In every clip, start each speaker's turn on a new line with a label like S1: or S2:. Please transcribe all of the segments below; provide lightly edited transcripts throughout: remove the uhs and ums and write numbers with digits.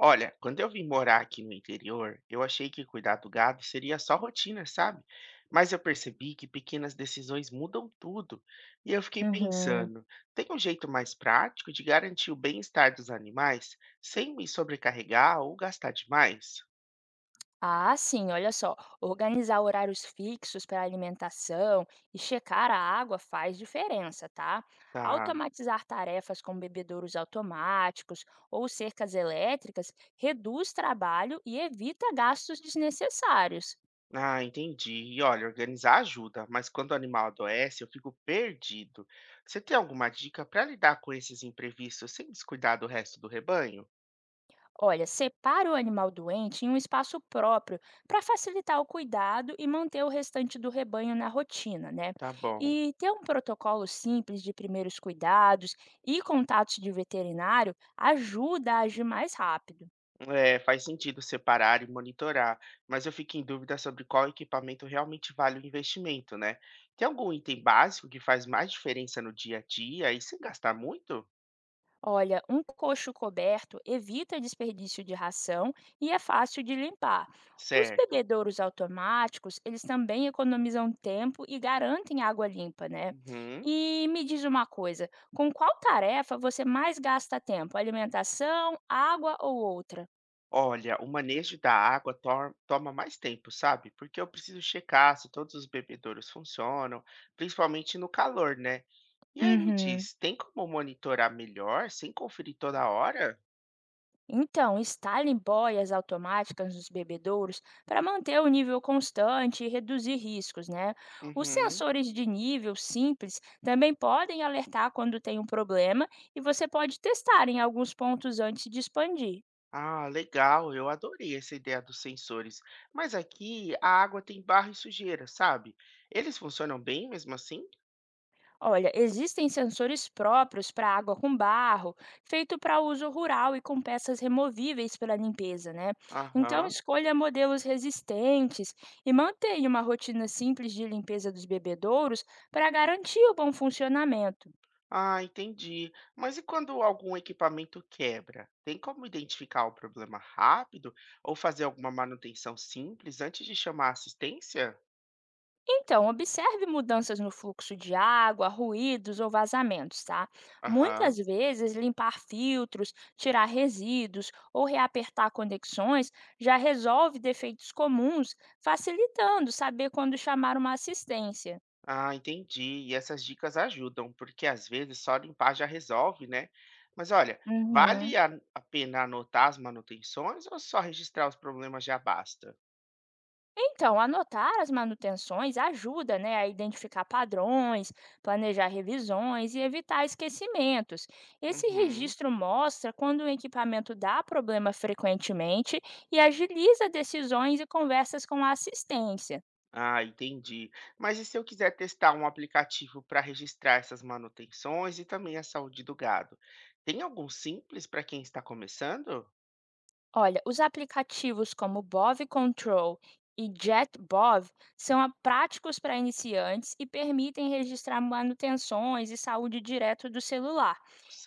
S1: Olha, quando eu vim morar aqui no interior, eu achei que cuidar do gado seria só rotina, sabe? Mas eu percebi que pequenas decisões mudam tudo. E eu fiquei
S2: Uhum.
S1: pensando, tem um jeito mais prático de garantir o bem-estar dos animais sem me sobrecarregar ou gastar demais?
S2: Ah, sim, olha só. Organizar horários fixos para alimentação e checar a água faz diferença, tá?
S1: Tá.
S2: Automatizar tarefas com bebedouros automáticos ou cercas elétricas reduz trabalho e evita gastos desnecessários.
S1: Ah, entendi. E olha, organizar ajuda, mas quando o animal adoece, eu fico perdido. Você tem alguma dica para lidar com esses imprevistos sem descuidar do resto do rebanho?
S2: Olha, separa o animal doente em um espaço próprio para facilitar o cuidado e manter o restante do rebanho na rotina, né?
S1: Tá bom.
S2: E ter um protocolo simples de primeiros cuidados e contatos de veterinário ajuda a agir mais rápido.
S1: É, faz sentido separar e monitorar, mas eu fico em dúvida sobre qual equipamento realmente vale o investimento, né? Tem algum item básico que faz mais diferença no dia a dia e sem gastar muito?
S2: Olha, um coxo coberto evita desperdício de ração e é fácil de limpar. Os
S1: Certo.
S2: bebedouros automáticos, eles também economizam tempo e garantem água limpa, né?
S1: Uhum.
S2: E me diz uma coisa, com qual tarefa você mais gasta tempo? Alimentação, água ou outra?
S1: Olha, o manejo da água toma mais tempo, sabe? Porque eu preciso checar se todos os bebedouros funcionam, principalmente no calor, né? E aí me
S2: Uhum.
S1: diz, tem como monitorar melhor sem conferir toda hora?
S2: Então, instalem boias automáticas nos bebedouros para manter o nível constante e reduzir riscos, né? Os
S1: Uhum.
S2: sensores de nível simples também podem alertar quando tem um problema e você pode testar em alguns pontos antes de expandir.
S1: Ah, legal, eu adorei essa ideia dos sensores. Mas aqui a água tem barro e sujeira, sabe? Eles funcionam bem mesmo assim?
S2: Olha, existem sensores próprios para água com barro, feito para uso rural e com peças removíveis pela limpeza, né? Então,
S1: Aham.
S2: escolha modelos resistentes e mantenha uma rotina simples de limpeza dos bebedouros para garantir o bom funcionamento.
S1: Ah, entendi. Mas e quando algum equipamento quebra? Tem como identificar o problema rápido ou fazer alguma manutenção simples antes de chamar a assistência?
S2: Então, observe mudanças no fluxo de água, ruídos ou vazamentos, tá? Muitas
S1: Aham.
S2: vezes, limpar filtros, tirar resíduos ou reapertar conexões já resolve defeitos comuns, facilitando saber quando chamar uma assistência.
S1: Ah, entendi. E essas dicas ajudam, porque às vezes só limpar já resolve, né? Mas olha, vale
S2: Uhum.
S1: a, a pena anotar as manutenções ou só registrar os problemas já basta?
S2: Então, anotar as manutenções ajuda, né, a identificar padrões, planejar revisões e evitar esquecimentos. Esse
S1: Uhum.
S2: registro mostra quando o equipamento dá problema frequentemente e agiliza decisões e conversas com a assistência.
S1: Ah, entendi. Mas e se eu quiser testar um aplicativo para registrar essas manutenções e também a saúde do gado? Tem algum simples para quem está começando?
S2: Olha, os aplicativos como Bov Control e JetBov são práticos para iniciantes e permitem registrar manutenções e saúde direto do celular.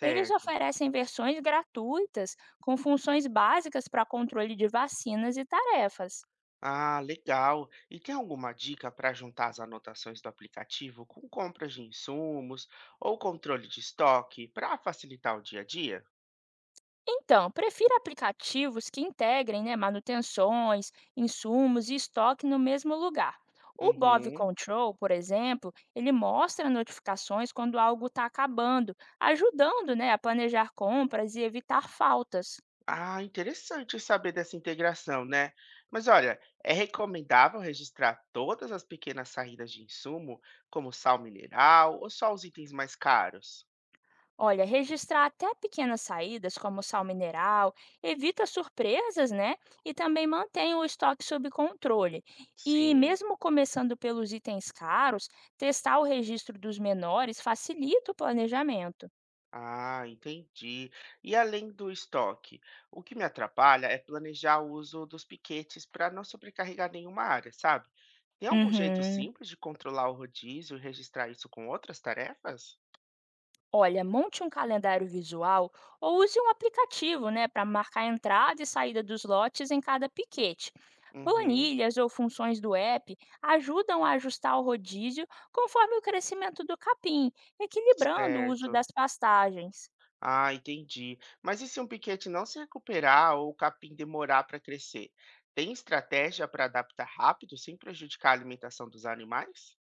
S2: Eles oferecem versões gratuitas com funções básicas para controle de vacinas e tarefas.
S1: Ah, legal. E tem alguma dica para juntar as anotações do aplicativo com compras de insumos ou controle de estoque para facilitar o dia a dia?
S2: Então, prefira aplicativos que integrem, né, manutenções, insumos e estoque no mesmo lugar. O Bov
S1: Uhum.
S2: Control, por exemplo, ele mostra notificações quando algo está acabando, ajudando, né, a planejar compras e evitar faltas.
S1: Ah, interessante saber dessa integração, né? Mas olha, é recomendável registrar todas as pequenas saídas de insumo, como sal mineral ou só os itens mais caros?
S2: Olha, registrar até pequenas saídas, como sal mineral, evita surpresas, né? E também mantém o estoque sob controle. E
S1: Sim.
S2: mesmo começando pelos itens caros, testar o registro dos menores facilita o planejamento.
S1: Ah, entendi. E além do estoque, o que me atrapalha é planejar o uso dos piquetes para não sobrecarregar nenhuma área, sabe? Tem algum jeito
S2: Uhum.
S1: simples de controlar o rodízio e registrar isso com outras tarefas?
S2: Olha, monte um calendário visual ou use um aplicativo, né, para marcar a entrada e saída dos lotes em cada piquete.
S1: Uhum,
S2: Planilhas ou funções do app ajudam a ajustar o rodízio conforme o crescimento do capim, equilibrando o uso
S1: certo.
S2: das pastagens.
S1: Ah, entendi. Mas e se um piquete não se recuperar ou o capim demorar para crescer? Tem estratégia para adaptar rápido sem prejudicar a alimentação dos animais?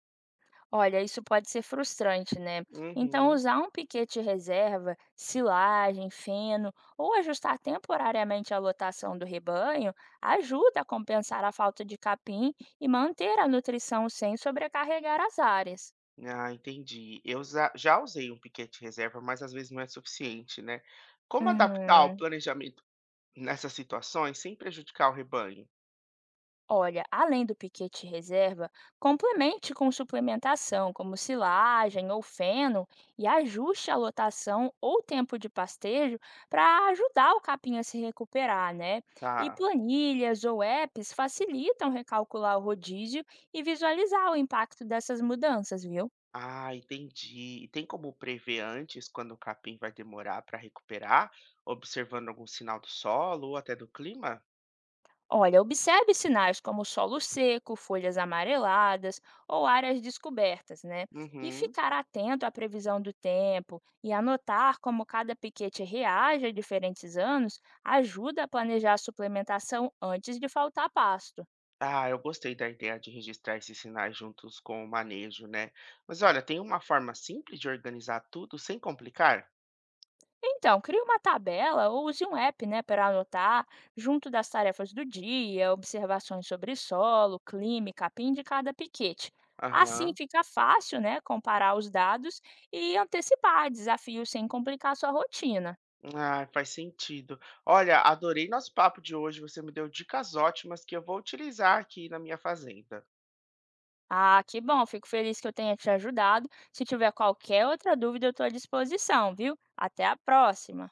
S2: Olha, isso pode ser frustrante, né? Então,
S1: Uhum.
S2: usar um piquete reserva, silagem, feno ou ajustar temporariamente a lotação do rebanho ajuda a compensar a falta de capim e manter a nutrição sem sobrecarregar as áreas.
S1: Ah, entendi. Eu za já usei um piquete reserva, mas às vezes não é suficiente, né? Como adaptar o
S2: Uhum.
S1: planejamento nessas situações sem prejudicar o rebanho?
S2: Olha, além do piquete reserva, complemente com suplementação, como silagem ou feno, e ajuste a lotação ou tempo de pastejo para ajudar o capim a se recuperar, né? E
S1: Tá.
S2: planilhas ou apps facilitam recalcular o rodízio e visualizar o impacto dessas mudanças, viu?
S1: Ah, entendi. E tem como prever antes quando o capim vai demorar para recuperar, observando algum sinal do solo ou até do clima?
S2: Olha, observe sinais como solo seco, folhas amareladas ou áreas descobertas, né? E
S1: Uhum.
S2: ficar atento à previsão do tempo e anotar como cada piquete reage a diferentes anos ajuda a planejar a suplementação antes de faltar pasto.
S1: Ah, eu gostei da ideia de registrar esses sinais juntos com o manejo, né? Mas olha, tem uma forma simples de organizar tudo sem complicar?
S2: Então, crie uma tabela ou use um app, né, para anotar junto das tarefas do dia, observações sobre solo, clima e capim de cada piquete. Assim
S1: Aham.
S2: fica fácil, né, comparar os dados e antecipar desafios sem complicar sua rotina.
S1: Ah, faz sentido. Olha, adorei nosso papo de hoje. Você me deu dicas ótimas que eu vou utilizar aqui na minha fazenda.
S2: Ah, que bom, fico feliz que eu tenha te ajudado. Se tiver qualquer outra dúvida, eu estou à disposição, viu? Até a próxima!